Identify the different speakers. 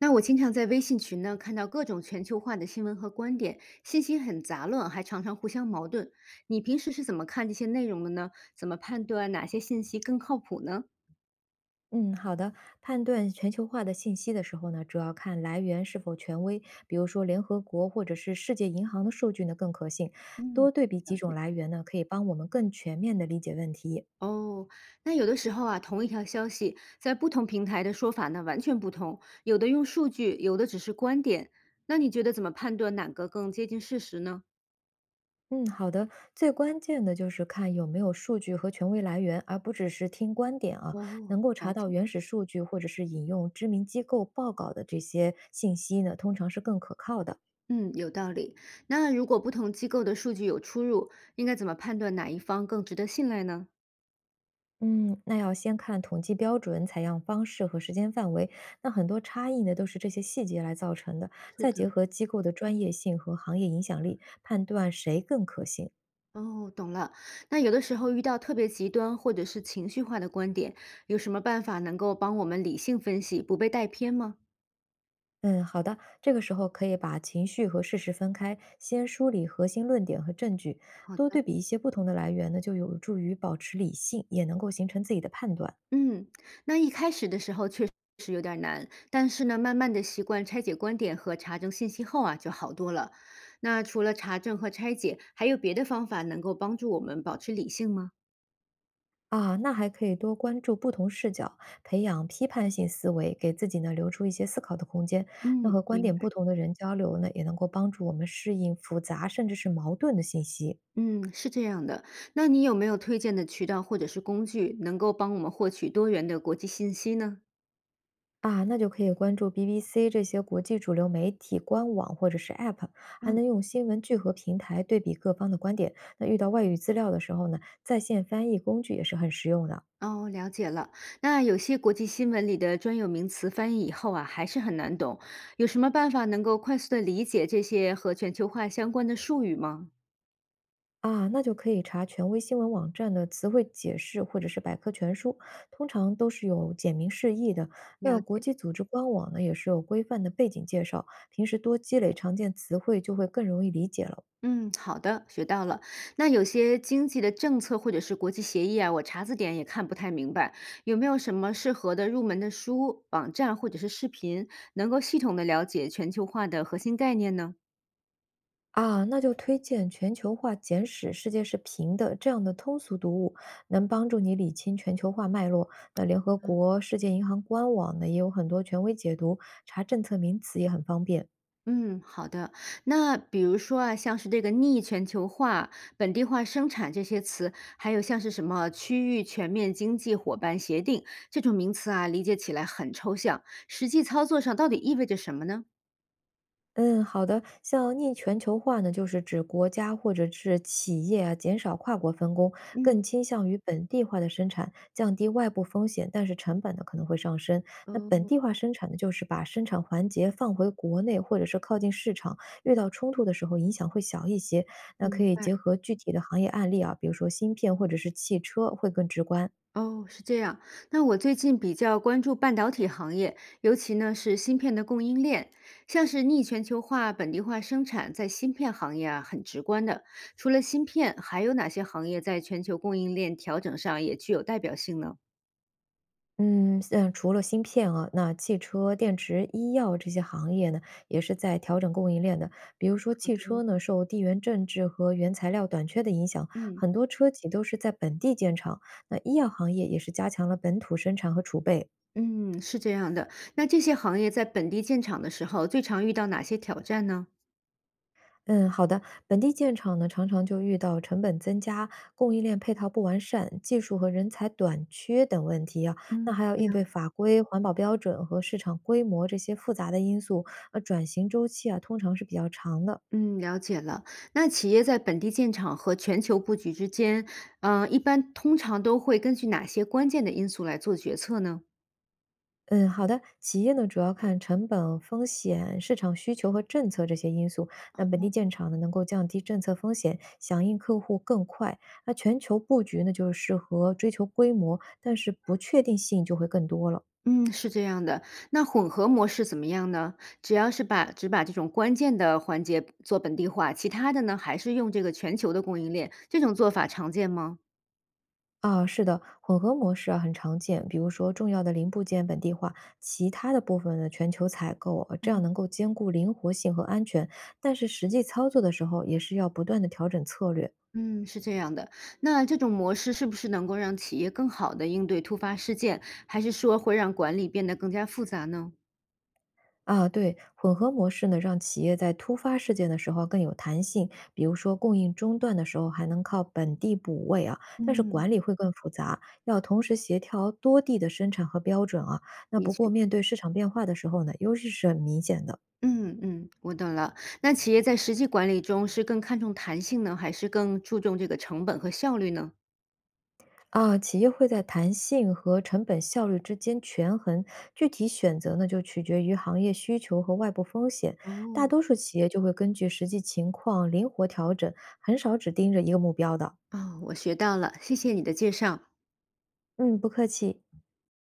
Speaker 1: 那我经常在微信群呢看到各种全球化的新闻和观点，信息很杂乱，还常常互相矛盾。你平时是怎么看这些内容的呢？怎么判断哪些信息更靠谱呢？
Speaker 2: 嗯，好的。判断全球化的信息的时候呢，主要看来源是否权威，比如说联合国或者是世界银行的数据呢更可信。
Speaker 1: 嗯，
Speaker 2: 多对比几
Speaker 1: 了
Speaker 2: 种
Speaker 1: 解。
Speaker 2: 来源呢，可以帮我们更全面的理解问题。
Speaker 1: 哦，那有的时候啊，同一条消息在不同平台的说法呢完全不同，有的用数据，有的只是观点。那你觉得怎么判断哪个更接近事实呢？
Speaker 2: 嗯，好的。最关键的就是看有没有数据和权威来源，而不只是听观点啊。
Speaker 1: 哦，
Speaker 2: 能够查
Speaker 1: 了
Speaker 2: 到
Speaker 1: 解。
Speaker 2: 原始数据或者是引用知名机构报告的这些信息呢，通常是更可靠的。
Speaker 1: 嗯，有道理。那如果不同机构的数据有出入，应该怎么判断哪一方更值得信赖呢？
Speaker 2: 嗯，那要先看统计标准、采样方式和时间范围，那很多差异呢都是这些细节来造成的，
Speaker 1: 是
Speaker 2: 再结
Speaker 1: 的，
Speaker 2: 合机构的专业性和行业影响力，判断谁更可信。
Speaker 1: 哦，懂了。那有的时候遇到特别极端或者是情绪化的观点，有什么办法能够帮我们理性分析，不被带偏吗？
Speaker 2: 嗯，好的，这个时候可以把情绪和事实分开，先梳理核心论点和证据，
Speaker 1: 好
Speaker 2: 多
Speaker 1: 的，
Speaker 2: 对比一些不同的来源呢，就有助于保持理性，也能够形成自己的判断。
Speaker 1: 嗯，那一开始的时候确实，但是呢，慢慢的习惯拆解观点和查证信息后啊，就好多了。那除了查证和拆解，还有别的方法能够帮助我们保持理性吗？
Speaker 2: 啊，那还可以多关注不同视角，培养批判性思维，给自己呢留出一些思考的空间。那
Speaker 1: 嗯，
Speaker 2: 和观
Speaker 1: 明
Speaker 2: 点不
Speaker 1: 白。
Speaker 2: 同的人交流呢，也能够帮助我们适应复杂甚至是矛盾的信息
Speaker 1: 嗯，是这样的。那你有没有推荐的渠道或者是工具，能够帮我们获取多元的国际信息呢？
Speaker 2: 啊。那就可以关注 BBC 这些国际主流媒体官网或者是 App，还
Speaker 1: 嗯，
Speaker 2: 能用新闻聚合平台对比各方的观点。那遇到外语资料的时候呢，在线翻译工具也是很实用的。
Speaker 1: 哦，了解了。那有些国际新闻里的专有名词翻译以后啊，还是很难懂。有什么办法能够快速的理解这些和全球化相关的术语吗？
Speaker 2: 啊，那就可以查权威新闻网站的词汇解释或者是百科全书，通常都是有简明释义的。那
Speaker 1: 了
Speaker 2: 国
Speaker 1: 解。
Speaker 2: 际组织官网呢，也是有规范的背景介绍，平时多积累常见词汇就会更容易理解了。
Speaker 1: 嗯，好的，学到了。那有些经济的政策或者是国际协议啊，我查字典也看不太明白，有没有什么适合的入门的书、网站或者是视频，能够系统的了解全球化的核心概念呢？
Speaker 2: 啊，那就推荐《全球化简史》《世界是平的》这样的通俗读物，能帮助你理清全球化脉络。那联合国、世界银行官网呢，也有很多权威解读，查政策名词也很方便。
Speaker 1: 嗯，好的。那比如说啊，像是这个逆全球化、本地化生产这些词，还有像是什么区域全面经济伙伴协定这种名词啊，理解起来很抽象，实际操作上到底意味着什么呢？
Speaker 2: 嗯，好的。像逆全球化呢，就是指国家或者是企业啊，减少跨国分工，
Speaker 1: 嗯，
Speaker 2: 更倾向于本地化的生产，降低外部风险，但是成本呢可能会上升。那本
Speaker 1: 哦，
Speaker 2: 地化生产呢，就是把生产环节放回国内，或者是靠近市场，遇到冲突的时候影响会小一些。那可
Speaker 1: 明
Speaker 2: 以
Speaker 1: 白。
Speaker 2: 结合具体的行业案例啊，比如说芯片或者是汽车，会更直观。
Speaker 1: 哦，是这样。那我最近比较关注半导体行业，尤其呢是芯片的供应链，像是逆全球化、本地化生产，在芯片行业啊很直观的。除了芯片，还有哪些行业在全球供应链调整上也具有代表性呢？
Speaker 2: 嗯，像除了芯片啊，那汽车、电池、医药这些行业呢，也是在调整供应链的。比如说
Speaker 1: 好
Speaker 2: 汽
Speaker 1: 的，
Speaker 2: 车呢，受地缘政治和原材料短缺的影响，
Speaker 1: 嗯
Speaker 2: 很多车企都是在本地建厂。那医药行业也是加强了本土生产和储备。
Speaker 1: 嗯，是这样的。那这些行业在本地建厂的时候，最常遇到哪些挑战呢？
Speaker 2: 嗯，好的。本地建厂呢，常常就遇到成本增加、供应链配套不完善、技术和人才短缺等问题啊。那
Speaker 1: 嗯，
Speaker 2: 还要
Speaker 1: 对
Speaker 2: 应
Speaker 1: 呀。
Speaker 2: 对法规、环保标准和市场规模这些复杂的因素，转型周期啊，通常是比较长的。
Speaker 1: 嗯，了解了。那企业在本地建厂和全球布局之间，嗯，一般通常都会根据哪些关键的因素来做决策呢？
Speaker 2: 嗯，好的。企业呢，主要看成本、风险、市场需求和政策这些因素。那本地
Speaker 1: 哦，
Speaker 2: 建厂呢，能够降低政策风险，响应客户更快。那全球布局呢，就是适合追求规模，但是不确定性就会更多了。
Speaker 1: 嗯，是这样的。那混合模式怎么样呢？只把这种关键的环节做本地化，其他的呢还是用这个全球的供应链，这种做法常见吗？
Speaker 2: 啊，是的，混合模式啊很常见，比如说重要的零部件本地化，其他的部分呢全球采购，这样
Speaker 1: 嗯
Speaker 2: 能够兼顾灵活性和安全。但是实际操作的时候，也是要不断的调整策略
Speaker 1: 嗯，是这样的。那这种模式是不是能够让企业更好的应对突发事件，还是说会让管理变得更加复杂呢？
Speaker 2: 啊。对，混合模式呢，让企业在突发事件的时候更有弹性，比如说供应中断的时候还能靠本地补位啊，但是
Speaker 1: 嗯。
Speaker 2: 管理会更复杂，要同时协调多地的生产和标准啊。那
Speaker 1: 的
Speaker 2: 不过
Speaker 1: 确。
Speaker 2: 面对市场变化的时候呢，优势是很明显的。
Speaker 1: 嗯嗯，我懂了。那企业在实际管理中是更看重弹性呢，还是更注重这个成本和效率呢？
Speaker 2: 啊，企业会在弹性和成本效率之间权衡，具体选择呢就取决于行业需求和外部风险。大
Speaker 1: 哦，
Speaker 2: 多数企业就会根据实际情况灵活调整，很少只盯着一个目标的。
Speaker 1: 哦，我学到了，谢谢你的介绍。
Speaker 2: 嗯，不客气。